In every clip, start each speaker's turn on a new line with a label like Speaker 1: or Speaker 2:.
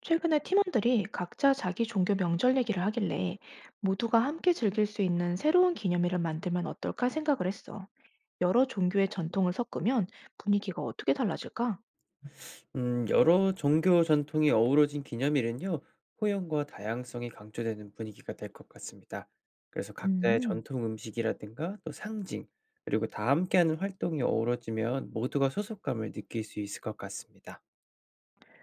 Speaker 1: 최근에 팀원들이 각자 자기 종교 명절 얘기를 하길래 모두가 함께 즐길 수 있는 새로운 기념일을 만들면 어떨까 생각을 했어. 여러 종교의 전통을 섞으면 분위기가 어떻게 달라질까?
Speaker 2: 여러 종교 전통이 어우러진 기념일은요, 호연과 다양성이 강조되는 분위기가 될 것 같습니다. 그래서 각자의
Speaker 1: 음,
Speaker 2: 전통 음식이라든가 또 상징, 그리고 다 함께하는 활동이 어우러지면 모두가 소속감을 느낄 수 있을 것 같습니다.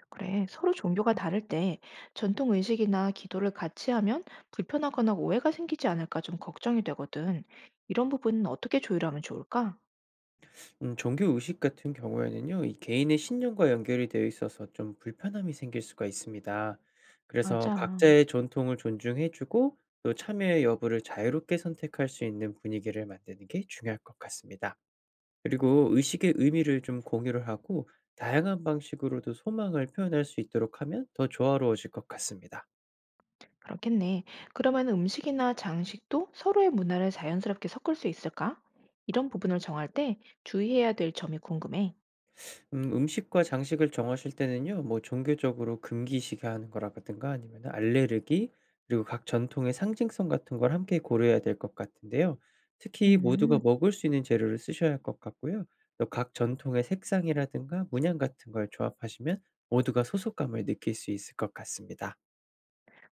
Speaker 1: 그래. 서로 종교가 다를 때 전통 의식이나 기도를 같이 하면 불편하거나 오해가 생기지 않을까 좀 걱정이 되거든. 이런 부분은 어떻게 조율하면 좋을까?
Speaker 2: 종교 의식 같은 경우에는요, 이 개인의 신념과 연결이 되어 있어서 좀 불편함이 생길 수가 있습니다. 그래서
Speaker 1: 맞아.
Speaker 2: 각자의 전통을 존중해주고 또 참여의 여부를 자유롭게 선택할 수 있는 분위기를 만드는 게 중요할 것 같습니다. 그리고 의식의 의미를 좀 공유를 하고 다양한 방식으로도 소망을 표현할 수 있도록 하면 더 조화로워질 것 같습니다.
Speaker 1: 그렇겠네. 그러면 음식이나 장식도 서로의 문화를 자연스럽게 섞을 수 있을까? 이런 부분을 정할 때 주의해야 될 점이 궁금해.
Speaker 2: 음식과 장식을 정하실 때는요, 뭐 종교적으로 금기시게 하는 거라든가 아니면 알레르기, 그리고 각 전통의 상징성 같은 걸 함께 고려해야 될 것 같은데요. 특히 모두가
Speaker 1: 음,
Speaker 2: 먹을 수 있는 재료를 쓰셔야 할 것 같고요. 또 각 전통의 색상이라든가 문양 같은 걸 조합하시면 모두가 소속감을 느낄 수 있을 것 같습니다.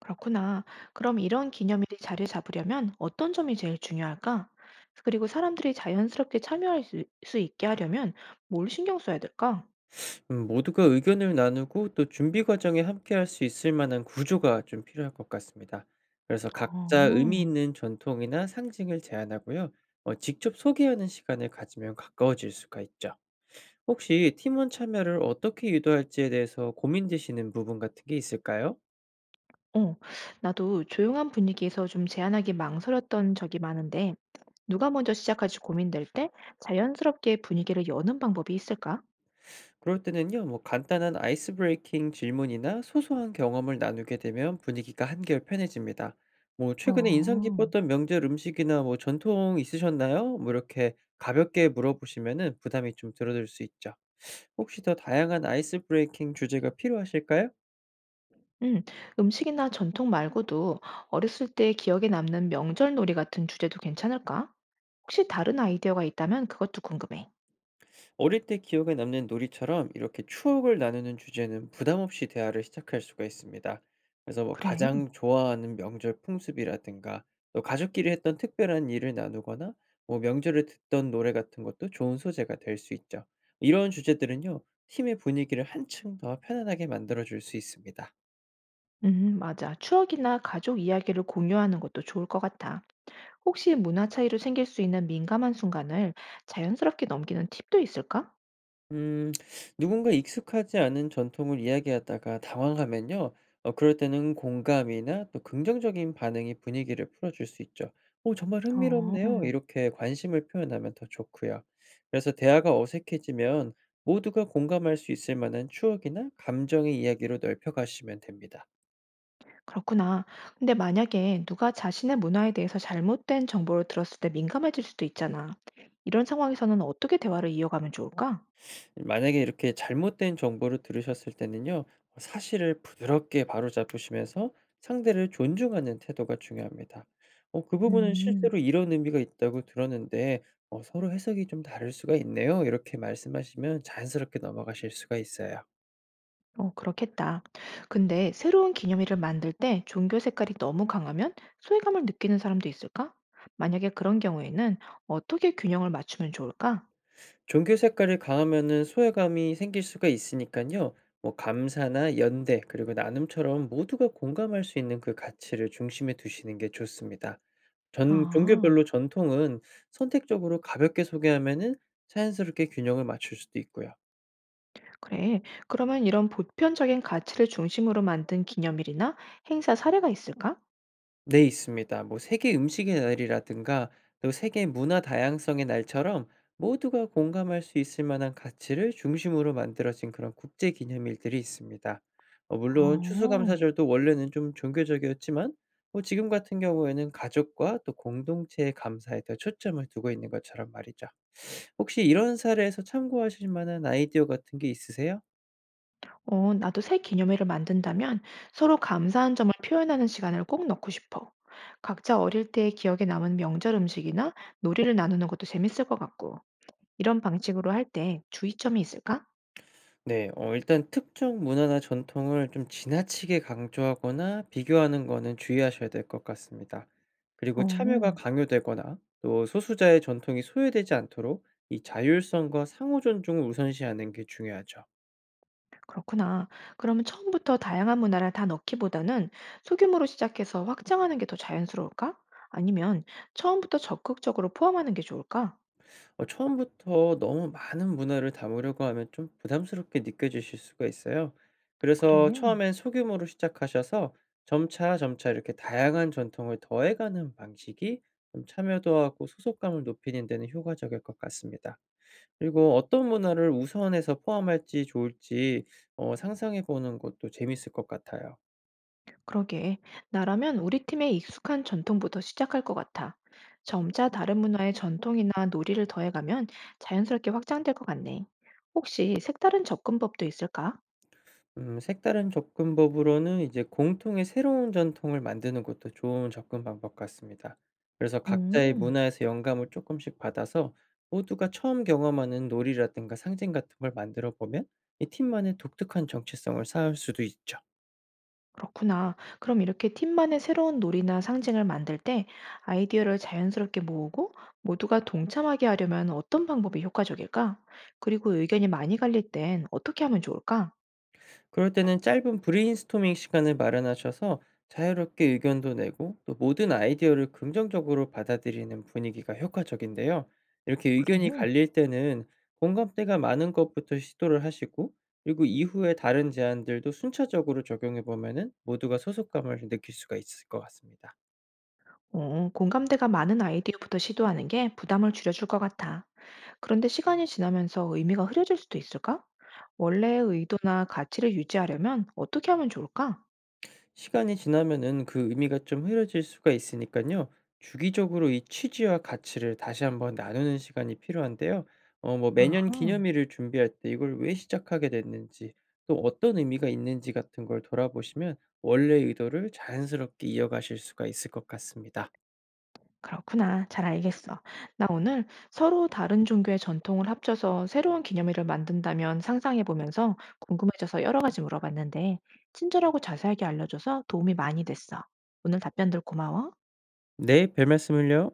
Speaker 1: 그렇구나. 그럼 이런 기념일이 자리 잡으려면 어떤 점이 제일 중요할까? 그리고 사람들이 자연스럽게 참여할 수 있게 하려면 뭘 신경 써야 될까?
Speaker 2: 모두가 의견을 나누고 또 준비 과정에 함께할 수 있을 만한 구조가 좀 필요할 것 같습니다. 그래서 각자 의미
Speaker 1: 어,
Speaker 2: 있는 전통이나 상징을 제안하고요. 직접 소개하는 시간을 가지면 가까워질 수가 있죠. 혹시 팀원 참여를 어떻게 유도할지에 대해서 고민되시는 부분 같은 게 있을까요?
Speaker 1: 어, 나도 조용한 분위기에서 좀 제안하기 망설였던 적이 많은데, 누가 먼저 시작할지 고민될 때 자연스럽게 분위기를 여는 방법이 있을까?
Speaker 2: 그럴 때는요, 뭐 간단한 아이스 브레이킹 질문이나 소소한 경험을 나누게 되면 분위기가 한결 편해집니다. 뭐
Speaker 1: 어.
Speaker 2: 최근에 인상 깊었던 명절 음식이나 뭐 전통 있으셨나요? 뭐 이렇게 가볍게 물어보시면은 부담이 좀 줄어들 수 있죠. 혹시 더 다양한 아이스 브레이킹 주제가 필요하실까요?
Speaker 1: 음. 음식이나 전통 말고도 어렸을 때 기억에 남는 명절 놀이 같은 주제도 괜찮을까? 혹시 다른 아이디어가 있다면 그것도 궁금해.
Speaker 2: 어릴 때 기억에 남는 놀이처럼 이렇게 추억을 나누는 주제는 부담 없이 대화를 시작할 수가 있습니다. 그래서 뭐
Speaker 1: 그래.
Speaker 2: 가장 좋아하는 명절 풍습이라든가 또 가족끼리 했던 특별한 일을 나누거나 뭐 명절에 듣던 노래 같은 것도 좋은 소재가 될 수 있죠. 이런 주제들은요, 팀의 분위기를 한층 더 편안하게 만들어줄 수 있습니다.
Speaker 1: 맞아. 추억이나 가족 이야기를 공유하는 것도 좋을 것 같아. 혹시 문화 차이로 생길 수 있는 민감한 순간을 자연스럽게 넘기는 팁도 있을까?
Speaker 2: 음, 누군가 익숙하지 않은 전통을 이야기하다가 당황하면요. 그럴 때는 공감이나 또 긍정적인 반응이 분위기를 풀어줄 수 있죠. 오, 정말
Speaker 1: 어,
Speaker 2: 흥미롭네요. 이렇게 관심을 표현하면 더 좋고요. 그래서 대화가 어색해지면 모두가 공감할 수 있을 만한 추억이나 감정의 이야기로 넓혀가시면 됩니다.
Speaker 1: 그렇구나. 근데 만약에 누가 자신의 문화에 대해서 잘못된 정보를 들었을 때 민감해질 수도 있잖아. 이런 상황에서는 어떻게 대화를 이어가면 좋을까?
Speaker 2: 만약에 이렇게 잘못된 정보를 들으셨을 때는요. 사실을 부드럽게 바로잡으시면서 상대를 존중하는 태도가 중요합니다. 그 부분은
Speaker 1: 음.
Speaker 2: 실제로 이런 의미가 있다고 들었는데 서로 해석이 좀 다를 수가 있네요." 이렇게 말씀하시면 자연스럽게 넘어가실 수가 있어요.
Speaker 1: 어, 그렇겠다. 근데 새로운 기념일을 만들 때 종교 색깔이 너무 강하면 소외감을 느끼는 사람도 있을까? 만약에 그런 경우에는 어떻게 균형을 맞추면 좋을까?
Speaker 2: 종교 색깔이 강하면은 소외감이 생길 수가 있으니까요, 뭐 감사나 연대 그리고 나눔처럼 모두가 공감할 수 있는 그 가치를 중심에 두시는 게 좋습니다. 전
Speaker 1: 아,
Speaker 2: 종교별로 전통은 선택적으로 가볍게 소개하면은 자연스럽게 균형을 맞출 수도 있고요.
Speaker 1: 그래. 그러면 이런 보편적인 가치를 중심으로 만든 기념일이나 행사 사례가 있을까?
Speaker 2: 네, 있습니다. 뭐 세계 음식의 날이라든가 또 세계 문화 다양성의 날처럼 모두가 공감할 수 있을 만한 가치를 중심으로 만들어진 그런 국제 기념일들이 있습니다. 물론
Speaker 1: 어,
Speaker 2: 추수감사절도 원래는 좀 종교적이었지만 뭐 지금 같은 경우에는 가족과 또 공동체의 감사에 더 초점을 두고 있는 것처럼 말이죠. 혹시 이런 사례에서 참고하실 만한 아이디어 같은 게 있으세요?
Speaker 1: 어, 나도 새 기념일을 만든다면 서로 감사한 점을 표현하는 시간을 꼭 넣고 싶어. 각자 어릴 때의 기억에 남은 명절 음식이나 놀이를 나누는 것도 재밌을 것 같고. 이런 방식으로 할 때 주의점이 있을까?
Speaker 2: 네. 일단 특정 문화나 전통을 좀 지나치게 강조하거나 비교하는 거는 주의하셔야 될 것 같습니다. 그리고
Speaker 1: 어,
Speaker 2: 참여가 강요되거나 또 소수자의 전통이 소외되지 않도록 이 자율성과 상호 존중을 우선시하는 게 중요하죠.
Speaker 1: 그렇구나. 그러면 처음부터 다양한 문화를 다 넣기보다는 소규모로 시작해서 확장하는 게 더 자연스러울까? 아니면 처음부터 적극적으로 포함하는 게 좋을까?
Speaker 2: 처음부터 너무 많은 문화를 담으려고 하면 좀 부담스럽게 느껴지실 수가 있어요. 그래서
Speaker 1: 그래.
Speaker 2: 처음엔 소규모로 시작하셔서 점차 점차 이렇게 다양한 전통을 더해가는 방식이 좀 참여도하고 소속감을 높이는 데는 효과적일 것 같습니다. 그리고 어떤 문화를 우선해서 포함할지 좋을지 상상해 보는 것도 재밌을 것 같아요.
Speaker 1: 그러게. 나라면 우리 팀의 익숙한 전통부터 시작할 것 같아. 점차 다른 문화의 전통이나 놀이를 더해가면 자연스럽게 확장될 것 같네. 혹시 색다른 접근법도 있을까?
Speaker 2: 색다른 접근법으로는 이제 공통의 새로운 전통을 만드는 것도 좋은 접근 방법 같습니다. 그래서 각자의
Speaker 1: 오.
Speaker 2: 문화에서 영감을 조금씩 받아서 모두가 처음 경험하는 놀이라든가 상징 같은 걸 만들어 보면 이 팀만의 독특한 정체성을 쌓을 수도 있죠.
Speaker 1: 그렇구나. 그럼 이렇게 팀만의 새로운 놀이나 상징을 만들 때 아이디어를 자연스럽게 모으고 모두가 동참하게 하려면 어떤 방법이 효과적일까? 그리고 의견이 많이 갈릴 땐 어떻게 하면 좋을까?
Speaker 2: 그럴 때는 짧은 브레인스토밍 시간을 마련하셔서 자유롭게 의견도 내고 또 모든 아이디어를 긍정적으로 받아들이는 분위기가 효과적인데요. 이렇게 의견이
Speaker 1: 그래.
Speaker 2: 갈릴 때는 공감대가 많은 것부터 시도를 하시고 그리고 이후에 다른 제안들도 순차적으로 적용해 보면은 모두가 소속감을 느낄 수가 있을 것 같습니다.
Speaker 1: 어, 공감대가 많은 아이디어부터 시도하는 게 부담을 줄여줄 것 같아. 그런데 시간이 지나면서 의미가 흐려질 수도 있을까? 원래의 의도나 가치를 유지하려면 어떻게 하면 좋을까?
Speaker 2: 시간이 지나면은 그 의미가 좀 흐려질 수가 있으니까요, 주기적으로 이 취지와 가치를 다시 한번 나누는 시간이 필요한데요. 뭐 매년
Speaker 1: 아하.
Speaker 2: 기념일을 준비할 때 이걸 왜 시작하게 됐는지 또 어떤 의미가 있는지 같은 걸 돌아보시면 원래의 의도를 자연스럽게 이어가실 수가 있을 것 같습니다.
Speaker 1: 그렇구나. 잘 알겠어. 나 오늘 서로 다른 종교의 전통을 합쳐서 새로운 기념일을 만든다면 상상해 보면서 궁금해져서 여러 가지 물어봤는데, 친절하고 자세하게 알려줘서 도움이 많이 됐어. 오늘 답변들 고마워.
Speaker 2: 네. 별말씀을요.